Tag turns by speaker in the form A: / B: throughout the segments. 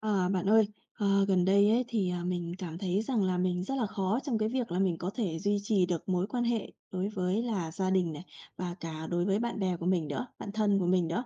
A: À, bạn ơi, gần đây ấy thì, mình cảm thấy rằng là mình rất là khó trong cái việc là mình có thể duy trì được mối quan hệ đối với là gia đình này, và cả đối với bạn bè của mình nữa, bạn thân của mình nữa.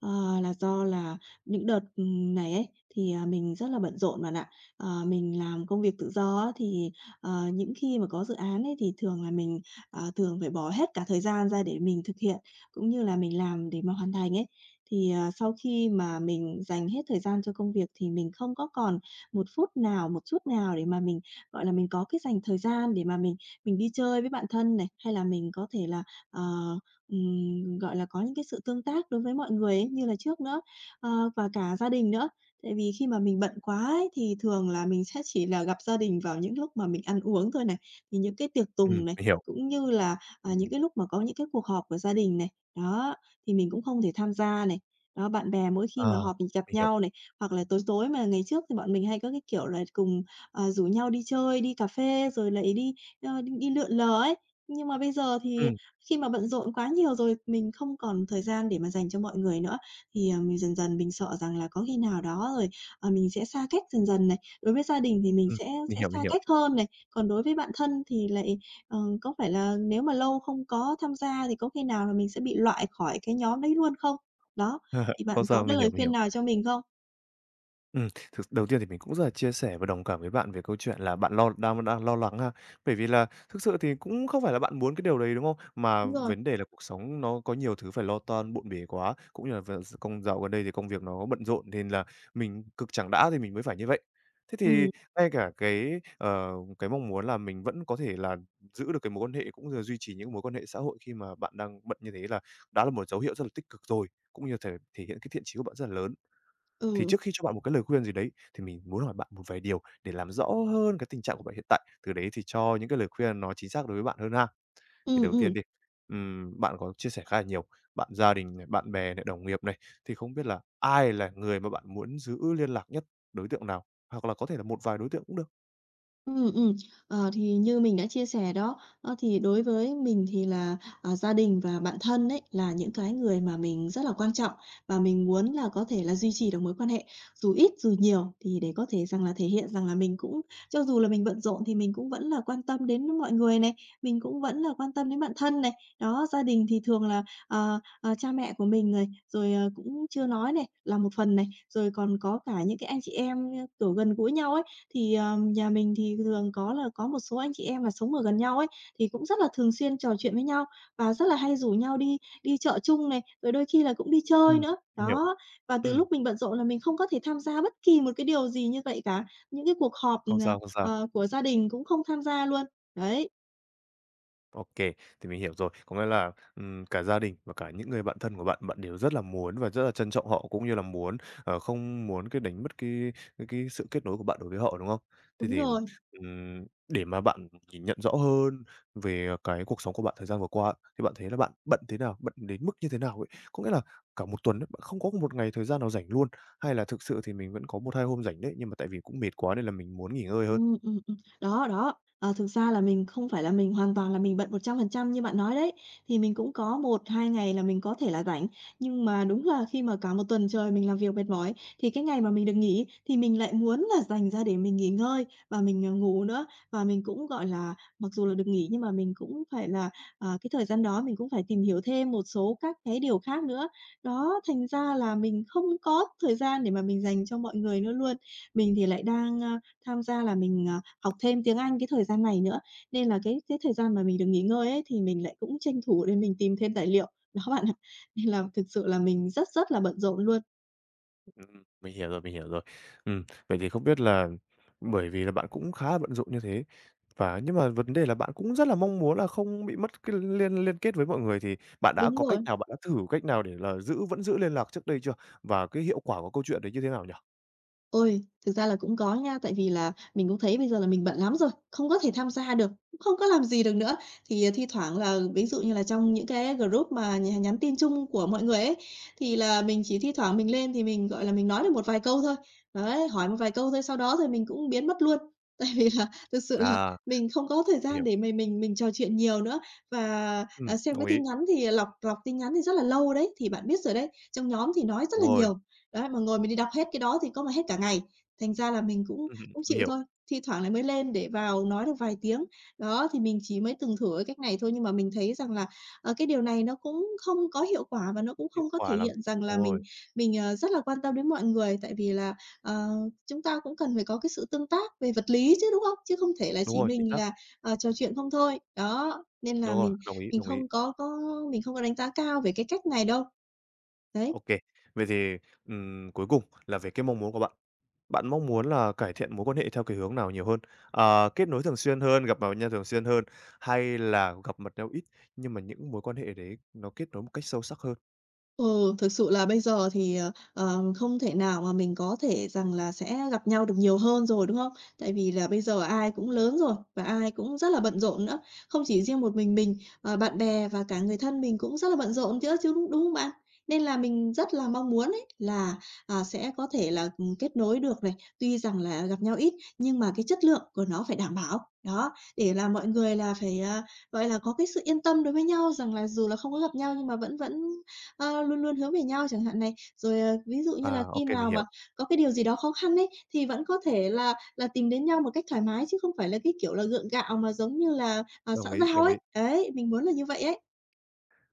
A: Là do là những đợt, này ấy, thì, mình rất là bận rộn bạn ạ. Mình làm công việc tự do á, thì, những khi mà có dự án ấy thì thường là mình, thường phải bỏ hết cả thời gian ra để mình thực hiện cũng như là mình làm để mà hoàn thành ấy. Thì, sau khi mà mình dành hết thời gian cho công việc thì mình không có còn một phút nào, một chút nào để mà mình, gọi là, mình có cái dành thời gian để mà mình đi chơi với bạn thân này, hay là mình có thể là, ờ, gọi là, có những cái sự tương tác đối với mọi người ấy như là trước nữa, và cả gia đình nữa. Tại vì khi mà mình bận quá ấy thì thường là mình sẽ chỉ là gặp gia đình vào những lúc mà mình ăn uống thôi này, thì những cái tiệc tùng này,
B: Mình hiểu.
A: cũng như là
B: Ừm.
A: những cái lúc mà có những cái cuộc họp của gia đình này, đó, thì mình cũng không thể tham gia này. Đó, bạn bè mỗi khi mà
B: Ờ,
A: họp gặp
B: mình hiểu.
A: nhau này, hoặc là tối tối mà ngày trước thì bọn mình hay có cái kiểu là cùng, rủ nhau đi chơi, đi cà phê rồi lại đi đi lượn lờ ấy. Nhưng mà bây giờ thì
B: Ừm,
A: khi mà bận rộn quá nhiều rồi, mình không còn thời gian để mà dành cho mọi người nữa, thì, mình dần dần mình sợ rằng là có khi nào đó rồi, mình sẽ xa cách dần dần này. Đối với gia đình thì mình
B: ừm,
A: sẽ
B: mình
A: sẽ
B: hiểu, mình
A: xa
B: hiểu.
A: cách hơn này, còn đối với bạn thân thì lại có phải là nếu mà lâu không có tham gia thì có khi nào là mình sẽ bị loại khỏi cái nhóm đấy luôn không? Đó, thì bạn
B: Không sao,
A: có cái
B: mình hiểu,
A: lời
B: mình hiểu.
A: khuyên nào cho mình không?
B: Thực đầu tiên thì mình cũng rất là chia sẻ và đồng cảm với bạn về câu chuyện là bạn lo đang đang lo lắng ha. Bởi vì là thực sự thì cũng không phải là bạn muốn cái điều đấy, đúng không? Mà
A: Đúng rồi.
B: vấn đề là cuộc sống nó có nhiều thứ phải lo toan, bộn bề quá, cũng như là công dạo gần đây thì công việc nó bận rộn nên là mình cực chẳng đã thì mình mới phải như vậy. Thế thì
A: Ừm.
B: ngay cả cái mong muốn là mình vẫn có thể là giữ được cái mối quan hệ cũng như là duy trì những mối quan hệ xã hội khi mà bạn đang bận như thế là đã là một dấu hiệu rất là tích cực rồi, cũng như thể thể hiện cái thiện chí của bạn rất là lớn. Thì
A: Ừ.
B: trước khi cho bạn một cái lời khuyên gì đấy, thì mình muốn hỏi bạn một vài điều để làm rõ hơn cái tình trạng của bạn hiện tại, từ đấy thì cho những cái lời khuyên nó chính xác đối với bạn hơn ha. Thì
A: Ừ,
B: đầu tiên
A: ừ.
B: đi, bạn có chia sẻ khá là nhiều, bạn gia đình này, bạn bè này, đồng nghiệp này, thì không biết là ai là người mà bạn muốn giữ liên lạc nhất, đối tượng nào? Hoặc là có thể là một vài đối tượng cũng được.
A: Ừ. Thì như mình đã chia sẻ đó, thì đối với mình thì là, gia đình và bạn thân đấy là những cái người mà mình rất là quan trọng và mình muốn là có thể là duy trì được mối quan hệ dù ít dù nhiều thì để có thể rằng là thể hiện rằng là mình cũng cho dù là mình bận rộn thì mình cũng vẫn là quan tâm đến mọi người này, mình cũng vẫn là quan tâm đến bạn thân này. Đó, gia đình thì thường là, cha mẹ của mình này, rồi, cũng chưa nói này, là một phần này, rồi còn có cả những cái anh chị em, kiểu, gần gũi nhau ấy. Thì, nhà mình thì thường có là có một số anh chị em là sống ở gần nhau ấy, thì cũng rất là thường xuyên trò chuyện với nhau và rất là hay rủ nhau đi đi chợ chung này, rồi đôi khi là cũng đi chơi
B: Ừm,
A: nữa.
B: mình hiểu.
A: Đó, và từ
B: Ừm,
A: lúc mình bận rộn là mình không có thể tham gia bất kỳ một cái điều gì như vậy cả, những cái cuộc họp,
B: không sao, không sao.
A: của gia đình cũng không tham gia luôn. Đấy,
B: OK, thì mình hiểu rồi. Có nghĩa là, cả gia đình và cả những người bạn thân của bạn, bạn đều rất là muốn và rất là trân trọng họ, cũng như là muốn, không muốn cái đánh mất cái sự kết nối của bạn đối với họ, đúng không? Thế
A: đúng
B: thì,
A: rồi.
B: để mà bạn nhìn nhận rõ hơn về, cái cuộc sống của bạn thời gian vừa qua thì bạn thấy là bạn bận thế nào? Bận đến mức như thế nào ấy? Có nghĩa là cả một tuần á, bạn không có một ngày thời gian nào rảnh luôn, hay là thực sự thì mình vẫn có một 2 hôm rảnh đấy, nhưng mà tại vì cũng mệt quá nên là mình muốn nghỉ ngơi hơn?
A: Đó, đó. Thực ra là mình không phải là mình hoàn toàn là mình bận 100% như bạn nói đấy, thì mình cũng có một 2 ngày là mình có thể là rảnh. Nhưng mà đúng là khi mà cả một tuần trời mình làm việc mệt mỏi, thì cái ngày mà mình được nghỉ thì mình lại muốn là dành ra để mình nghỉ ngơi và mình, ngủ nữa. Và mình cũng, gọi là, mặc dù là được nghỉ nhưng mà mình cũng phải là, cái thời gian đó mình cũng phải tìm hiểu thêm một số các cái điều khác nữa. Đó, thành ra là mình không có thời gian để mà mình dành cho mọi người nữa luôn. Mình thì lại đang, tham gia là mình, học thêm tiếng Anh cái thời gian này nữa. Nên là cái thời gian mà mình được nghỉ ngơi ấy, thì mình lại cũng tranh thủ để mình tìm thêm tài liệu. Đó bạn ạ, nên là thực sự là mình rất rất là bận rộn luôn.
B: Mình hiểu rồi, mình hiểu rồi. Ừm, vậy thì không biết là bởi vì là bạn cũng khá là bận rộn như thế và nhưng mà vấn đề là bạn cũng rất là mong muốn là không bị mất cái liên liên kết với mọi người, thì bạn đã
A: Đúng
B: có cách
A: rồi.
B: nào, bạn đã thử cách nào để là vẫn giữ liên lạc trước đây chưa? Và cái hiệu quả của câu chuyện đấy như thế nào nhỉ?
A: Ôi, thực ra là cũng có nha, tại vì là mình cũng thấy bây giờ là mình bận lắm rồi, không có thể tham gia được, cũng không có làm gì được nữa. Thì, thi thoảng là ví dụ như là trong những cái group mà nhắn tin chung của mọi người ấy, thì là mình chỉ thi thoảng mình lên thì mình, gọi là, mình nói được một vài câu thôi. Đấy, hỏi một vài câu thôi, sau đó rồi mình cũng biến mất luôn. Tại vì là thực sự là
B: À,
A: mình không có thời
B: mình
A: gian
B: hiểu.
A: để mà mình trò chuyện nhiều nữa. Và, xem
B: Đồng
A: cái
B: ý.
A: tin nhắn thì lọc lọc tin nhắn thì rất là lâu đấy, thì bạn biết rồi đấy, trong nhóm thì nói rất
B: Đúng
A: là
B: rồi.
A: nhiều. Đấy, mà ngồi mình đi đọc hết cái đó thì có mà hết cả ngày, thành ra là mình cũng cũng
B: Mình
A: chịu
B: hiểu,
A: thôi, thi thoảng lại mới lên để vào nói được vài tiếng. Đó, thì mình chỉ mới từng thử cái cách này thôi, nhưng mà mình thấy rằng là, cái điều này nó cũng không có hiệu quả và nó cũng
B: hiệu
A: không có thể
B: quả lắm.
A: hiện rằng là
B: Đúng rồi,
A: rất là quan tâm đến mọi người. Tại vì là, ờ, chúng ta cũng cần phải có cái sự tương tác về vật lý chứ, đúng không? Chứ không thể là
B: đúng
A: chỉ
B: rồi, chính
A: mình
B: xác.
A: là, trò chuyện không thôi. Đó, nên
B: Đúng
A: là
B: rồi, đồng ý,
A: mình
B: đồng ý.
A: không có có mình không có đánh giá cao về cái cách này đâu. Đấy.
B: OK. Vậy thì, cuối cùng là về cái mong muốn của bạn. Bạn mong muốn là cải thiện mối quan hệ theo cái hướng nào nhiều hơn? Kết nối thường xuyên hơn, gặp mặt nhau thường xuyên hơn, hay là gặp mặt nhau ít nhưng mà những mối quan hệ đấy nó kết nối một cách sâu sắc hơn?
A: Ừ, thực sự là bây giờ thì, không thể nào mà mình có thể rằng là sẽ gặp nhau được nhiều hơn rồi, đúng không? Tại vì là bây giờ ai cũng lớn rồi và ai cũng rất là bận rộn nữa. Không chỉ riêng một mình, bạn bè và cả người thân mình cũng rất là bận rộn chữa chứ, đúng đúng không bạn? Nên là mình rất là mong muốn ấy là, sẽ có thể là, kết nối được này, tuy rằng là gặp nhau ít nhưng mà cái chất lượng của nó phải đảm bảo. Đó, để là mọi người là phải, gọi là, có cái sự yên tâm đối với nhau rằng là dù là không có gặp nhau nhưng mà vẫn vẫn Ờ, luôn luôn hướng về nhau chẳng hạn này. Rồi, ví dụ như là
B: À, OK,
A: khi
B: mình
A: nào mà
B: hiểu,
A: có cái điều gì đó khó khăn ấy, thì vẫn có thể là tìm đến nhau một cách thoải mái chứ không phải là cái kiểu là gượng gạo mà giống như là, xã
B: đồng ý,
A: giao
B: đồng ý.
A: ấy. Đấy, mình muốn là như vậy ấy.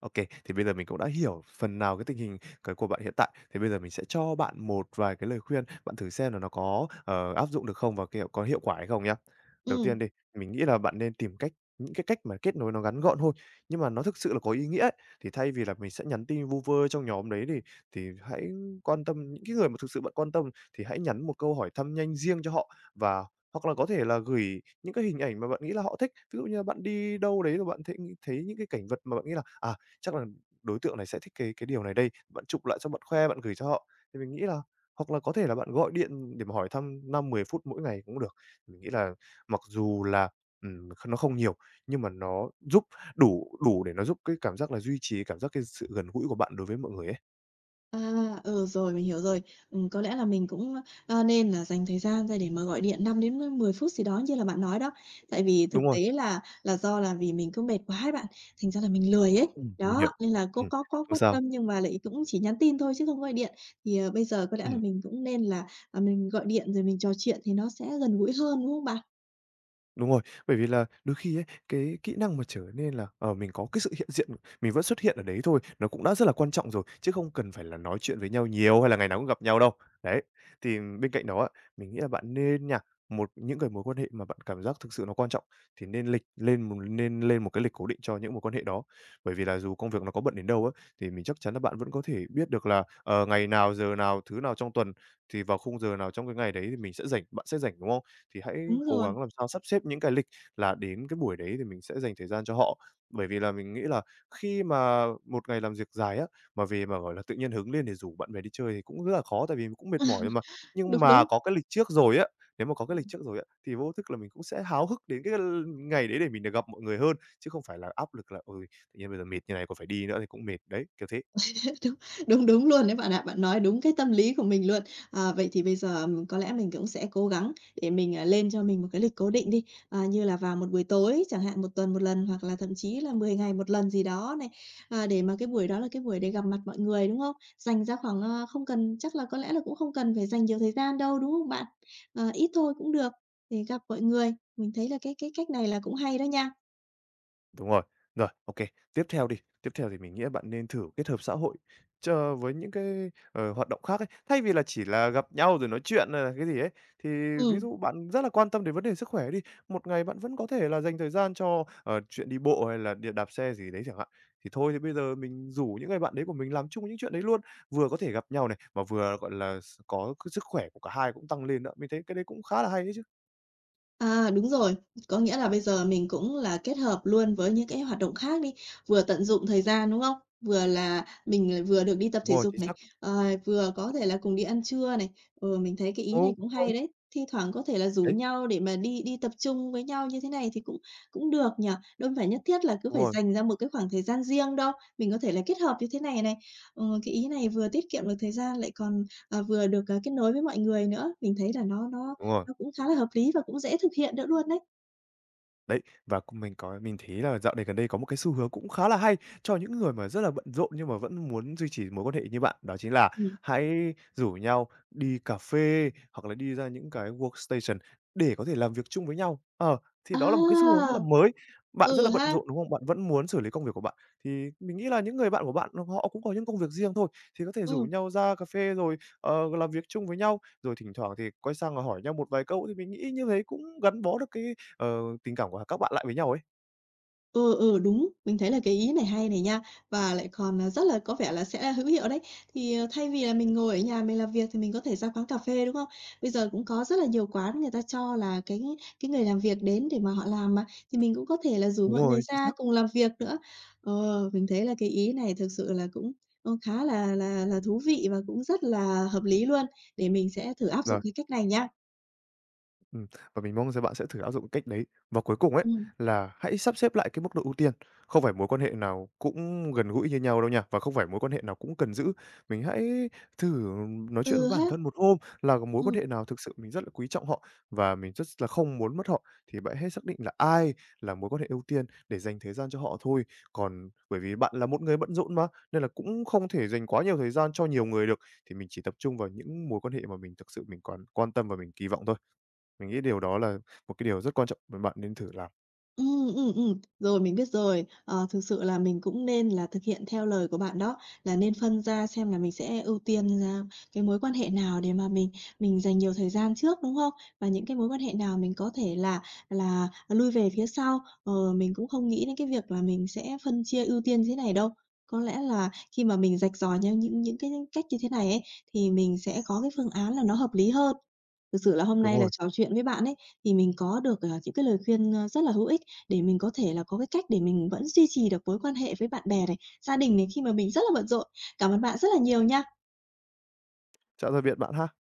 B: OK, thì bây giờ mình cũng đã hiểu phần nào cái tình hình cái của bạn hiện tại, thì bây giờ mình sẽ cho bạn một vài cái lời khuyên, bạn thử xem là nó có, áp dụng được không và kiểu có hiệu quả hay không nhá. Đầu
A: Ừ.
B: tiên đi, mình nghĩ là bạn nên tìm cách những cái cách mà kết nối nó ngắn gọn thôi, nhưng mà nó thực sự là có ý nghĩa ấy. Thì thay vì là mình sẽ nhắn tin vu vơ trong nhóm đấy thì hãy quan tâm những cái người mà thực sự bạn quan tâm thì hãy nhắn một câu hỏi thăm nhanh riêng cho họ và hoặc là có thể là gửi những cái hình ảnh mà bạn nghĩ là họ thích. Ví dụ như là bạn đi đâu đấy rồi bạn thấy thấy những cái cảnh vật mà bạn nghĩ là, chắc là đối tượng này sẽ thích cái điều này đây, bạn chụp lại xong bạn khoe, bạn gửi cho họ. Thì mình nghĩ là hoặc là có thể là bạn gọi điện để mà hỏi thăm 5-10 phút mỗi ngày cũng được. Mình nghĩ là mặc dù là, kh nó không nhiều, nhưng mà nó giúp đủ đủ để nó giúp cái cảm giác là duy trì cảm giác cái sự gần gũi của bạn đối với mọi người ấy.
A: À, ừ, rồi, mình hiểu rồi. Có lẽ là mình cũng, nên là dành thời gian ra để mà gọi điện 5 đến 10 phút gì đó như là bạn nói đó. Tại vì thực
B: Đúng rồi,
A: tế là do là vì mình cứ mệt quá ấy bạn, thành ra là mình lười ấy.
B: mình
A: Đó,
B: hiểu.
A: nên là cũng
B: Ừm,
A: có
B: không
A: quan
B: sao.
A: tâm nhưng mà lại cũng chỉ nhắn tin thôi chứ không gọi điện. Thì, bây giờ có lẽ là
B: Ừm.
A: mình cũng nên là, mình gọi điện rồi mình trò chuyện thì nó sẽ gần gũi hơn, đúng không bạn?
B: Đúng rồi, bởi vì là đôi khi ấy, cái kỹ năng mà trở nên là, mình có cái sự hiện diện, mình vẫn xuất hiện ở đấy thôi, nó cũng đã rất là quan trọng rồi, chứ không cần phải là nói chuyện với nhau nhiều hay là ngày nào cũng gặp nhau đâu. Đấy, thì bên cạnh đó á, mình nghĩ là bạn nên nha, những cái mối quan hệ mà bạn cảm giác thực sự nó quan trọng thì nên lên một cái lịch cố định cho những mối quan hệ đó. Bởi vì là dù công việc nó có bận đến đâu á, thì mình chắc chắn là bạn vẫn có thể biết được là, ngày nào, giờ nào, thứ nào trong tuần thì vào khung giờ nào trong cái ngày đấy thì mình sẽ rảnh, bạn sẽ rảnh, đúng không? Thì hãy
A: Đúng
B: cố
A: rồi,
B: gắng làm sao sắp xếp những cái lịch là đến cái buổi đấy thì mình sẽ dành thời gian cho họ. Bởi vì là mình nghĩ là khi mà một ngày làm việc dài á, mà về mà, gọi là, tự nhiên hứng lên để rủ bạn bè đi chơi thì cũng rất là khó, tại vì mình cũng mệt mỏi rồi mà. Nhưng
A: đúng,
B: mà
A: đúng.
B: có cái lịch trước rồi á, nếu mà có cái lịch trước rồi á, thì vô thức là mình cũng sẽ háo hức đến cái ngày đấy để mình được gặp mọi người hơn, chứ không phải là áp lực là "Ôi, tự nhiên bây giờ mệt như này còn phải đi nữa thì cũng mệt." Đấy, kiểu thế.
A: Đúng, đúng, đúng luôn đấy bạn ạ. Bạn nói đúng cái tâm lý của mình luôn. À, vậy thì bây giờ có lẽ mình cũng sẽ cố gắng để mình, lên cho mình một cái lịch cố định đi, như là vào một buổi tối chẳng hạn, một tuần một lần hoặc là thậm chí là 10 ngày một lần gì đó này, để mà cái buổi đó là cái buổi để gặp mặt mọi người, đúng không? Dành ra khoảng, không cần chắc là có lẽ là cũng không cần phải dành nhiều thời gian đâu, đúng không bạn? Ờ, ít thôi cũng được, để gặp mọi người. Mình thấy là cái cách này là cũng hay đó nha.
B: Đúng rồi. Rồi, OK. Tiếp theo đi, tiếp theo thì mình nghĩ bạn nên thử kết hợp xã hội cho với những cái, hoạt động khác ấy. Thay vì là chỉ là gặp nhau rồi nói chuyện hay là cái gì ấy, thì ví
A: Ừ.
B: dụ bạn rất là quan tâm đến vấn đề sức khỏe đi, một ngày bạn vẫn có thể là dành thời gian cho, chuyện đi bộ hay là đi đạp xe gì đấy chẳng hạn. Thì thôi thì bây giờ mình rủ những người bạn đấy của mình làm chung những chuyện đấy luôn, vừa có thể gặp nhau này, mà vừa, gọi là, có cái sức khỏe của cả hai cũng tăng lên nữa. Mình thấy cái đấy cũng khá là hay đấy chứ.
A: À, đúng rồi. Có nghĩa là bây giờ mình cũng là kết hợp luôn với những cái hoạt động khác đi, vừa tận dụng thời gian, đúng không? Vừa là mình lại vừa được đi tập
B: Đúng
A: thể
B: rồi,
A: dục
B: chính
A: này,
B: xác.
A: ờ, vừa có thể là cùng đi ăn trưa này. Ừ, mình thấy cái
B: Ừ,
A: ý
B: đúng
A: này cũng
B: rồi.
A: hay đấy. Thi thoảng có thể là rủ
B: Đấy,
A: nhau để mà đi đi tập trung với nhau như thế này thì cũng cũng được nhỉ. Đâu phải nhất thiết là cứ
B: đúng
A: phải
B: rồi,
A: dành ra một cái khoảng thời gian riêng đâu. Mình có thể là kết hợp như thế này này. Ờ, cái ý này vừa tiết kiệm được thời gian lại còn, vừa được, kết nối với mọi người nữa. Mình thấy là nó nó
B: đúng rồi.
A: nó cũng khá là hợp lý và cũng dễ thực hiện nữa luôn đấy.
B: Đấy, và cũng mình thấy là dạo này gần đây có một cái xu hướng cũng khá là hay cho những người mà rất là bận rộn nhưng mà vẫn muốn duy trì mối quan hệ như bạn, đó chính là
A: Ừm.
B: hãy rủ nhau đi cà phê hoặc là đi ra những cái workstation để có thể làm việc chung với nhau. Ờ, thì đó là một cái xu hướng rất
A: À!
B: là mới. Bạn rất là
A: Ừ
B: bận
A: ha.
B: rộn, đúng không? Bạn vẫn muốn xử lý công việc của bạn, thì mình nghĩ là những người bạn của bạn họ cũng có những công việc riêng thôi, thì có thể rủ
A: Ừm.
B: nhau ra cà phê rồi, làm việc chung với nhau, rồi thỉnh thoảng thì quay sang và hỏi nhau một vài câu thì mình nghĩ như thế cũng gắn bó được cái tình cảm của các bạn lại với nhau ấy.
A: Ừ, ừ, đúng, mình thấy là cái ý này hay này nha, và lại còn, rất là có vẻ là sẽ hữu hiệu đấy. Thì, thay vì là mình ngồi ở nhà mình làm việc thì mình có thể ra quán cà phê, đúng không? Bây giờ cũng có rất là nhiều quán người ta cho là cái người làm việc đến để mà họ làm mà, thì mình cũng có thể là rủ
B: Đúng
A: mọi người
B: rồi, chính
A: ra
B: xác.
A: cùng làm việc nữa. Ờ, mình thấy là cái ý này thực sự là cũng, khá là thú vị và cũng rất là hợp lý luôn, để mình sẽ thử áp dụng
B: Và
A: cái cách này nha.
B: Ừm, và mình mong rằng bạn sẽ thử áp dụng cách đấy. Và cuối cùng ấy,
A: Ừ,
B: là hãy sắp xếp lại cái mức độ ưu tiên, không phải mối quan hệ nào cũng gần gũi như nhau đâu nha, và không phải mối quan hệ nào cũng cần giữ. Mình hãy thử nói chuyện với
A: ừ
B: bản
A: ha,
B: thân một hôm là có mối quan
A: ừ.
B: hệ nào thực sự mình rất là quý trọng họ và mình rất là không muốn mất họ, thì bạn hãy xác định là ai là mối quan hệ ưu tiên để dành thời gian cho họ thôi. Còn bởi vì bạn là một người bận rộn mà, nên là cũng không thể dành quá nhiều thời gian cho nhiều người được, thì mình chỉ tập trung vào những mối quan hệ mà mình thực sự mình còn quan tâm và mình kỳ vọng thôi. Mình nghĩ điều đó là một cái điều rất quan trọng mà bạn nên thử làm.
A: Ừ, rồi, mình biết rồi. Ờ, Thực sự là mình cũng nên là thực hiện theo lời của bạn đó, là nên phân ra xem là mình sẽ ưu tiên ra cái mối quan hệ nào để mà mình dành nhiều thời gian trước, đúng không? Và những cái mối quan hệ nào mình có thể là lui về phía sau. Ờ, mình cũng không nghĩ đến cái việc là mình sẽ phân chia ưu tiên thế này đâu. Có lẽ là khi mà mình rạch ròi nhau những cái cách như thế này ấy, thì mình sẽ có cái phương án là nó hợp lý hơn. Thực sự là hôm
B: Đúng
A: nay là
B: rồi,
A: trò chuyện với bạn ấy, thì mình có được, những cái lời khuyên, rất là hữu ích để mình có thể là có cái cách để mình vẫn duy trì được mối quan hệ với bạn bè này, gia đình này khi mà mình rất là bận rộn. Cảm ơn bạn rất là nhiều nha.
B: dạo ra viện bạn ha.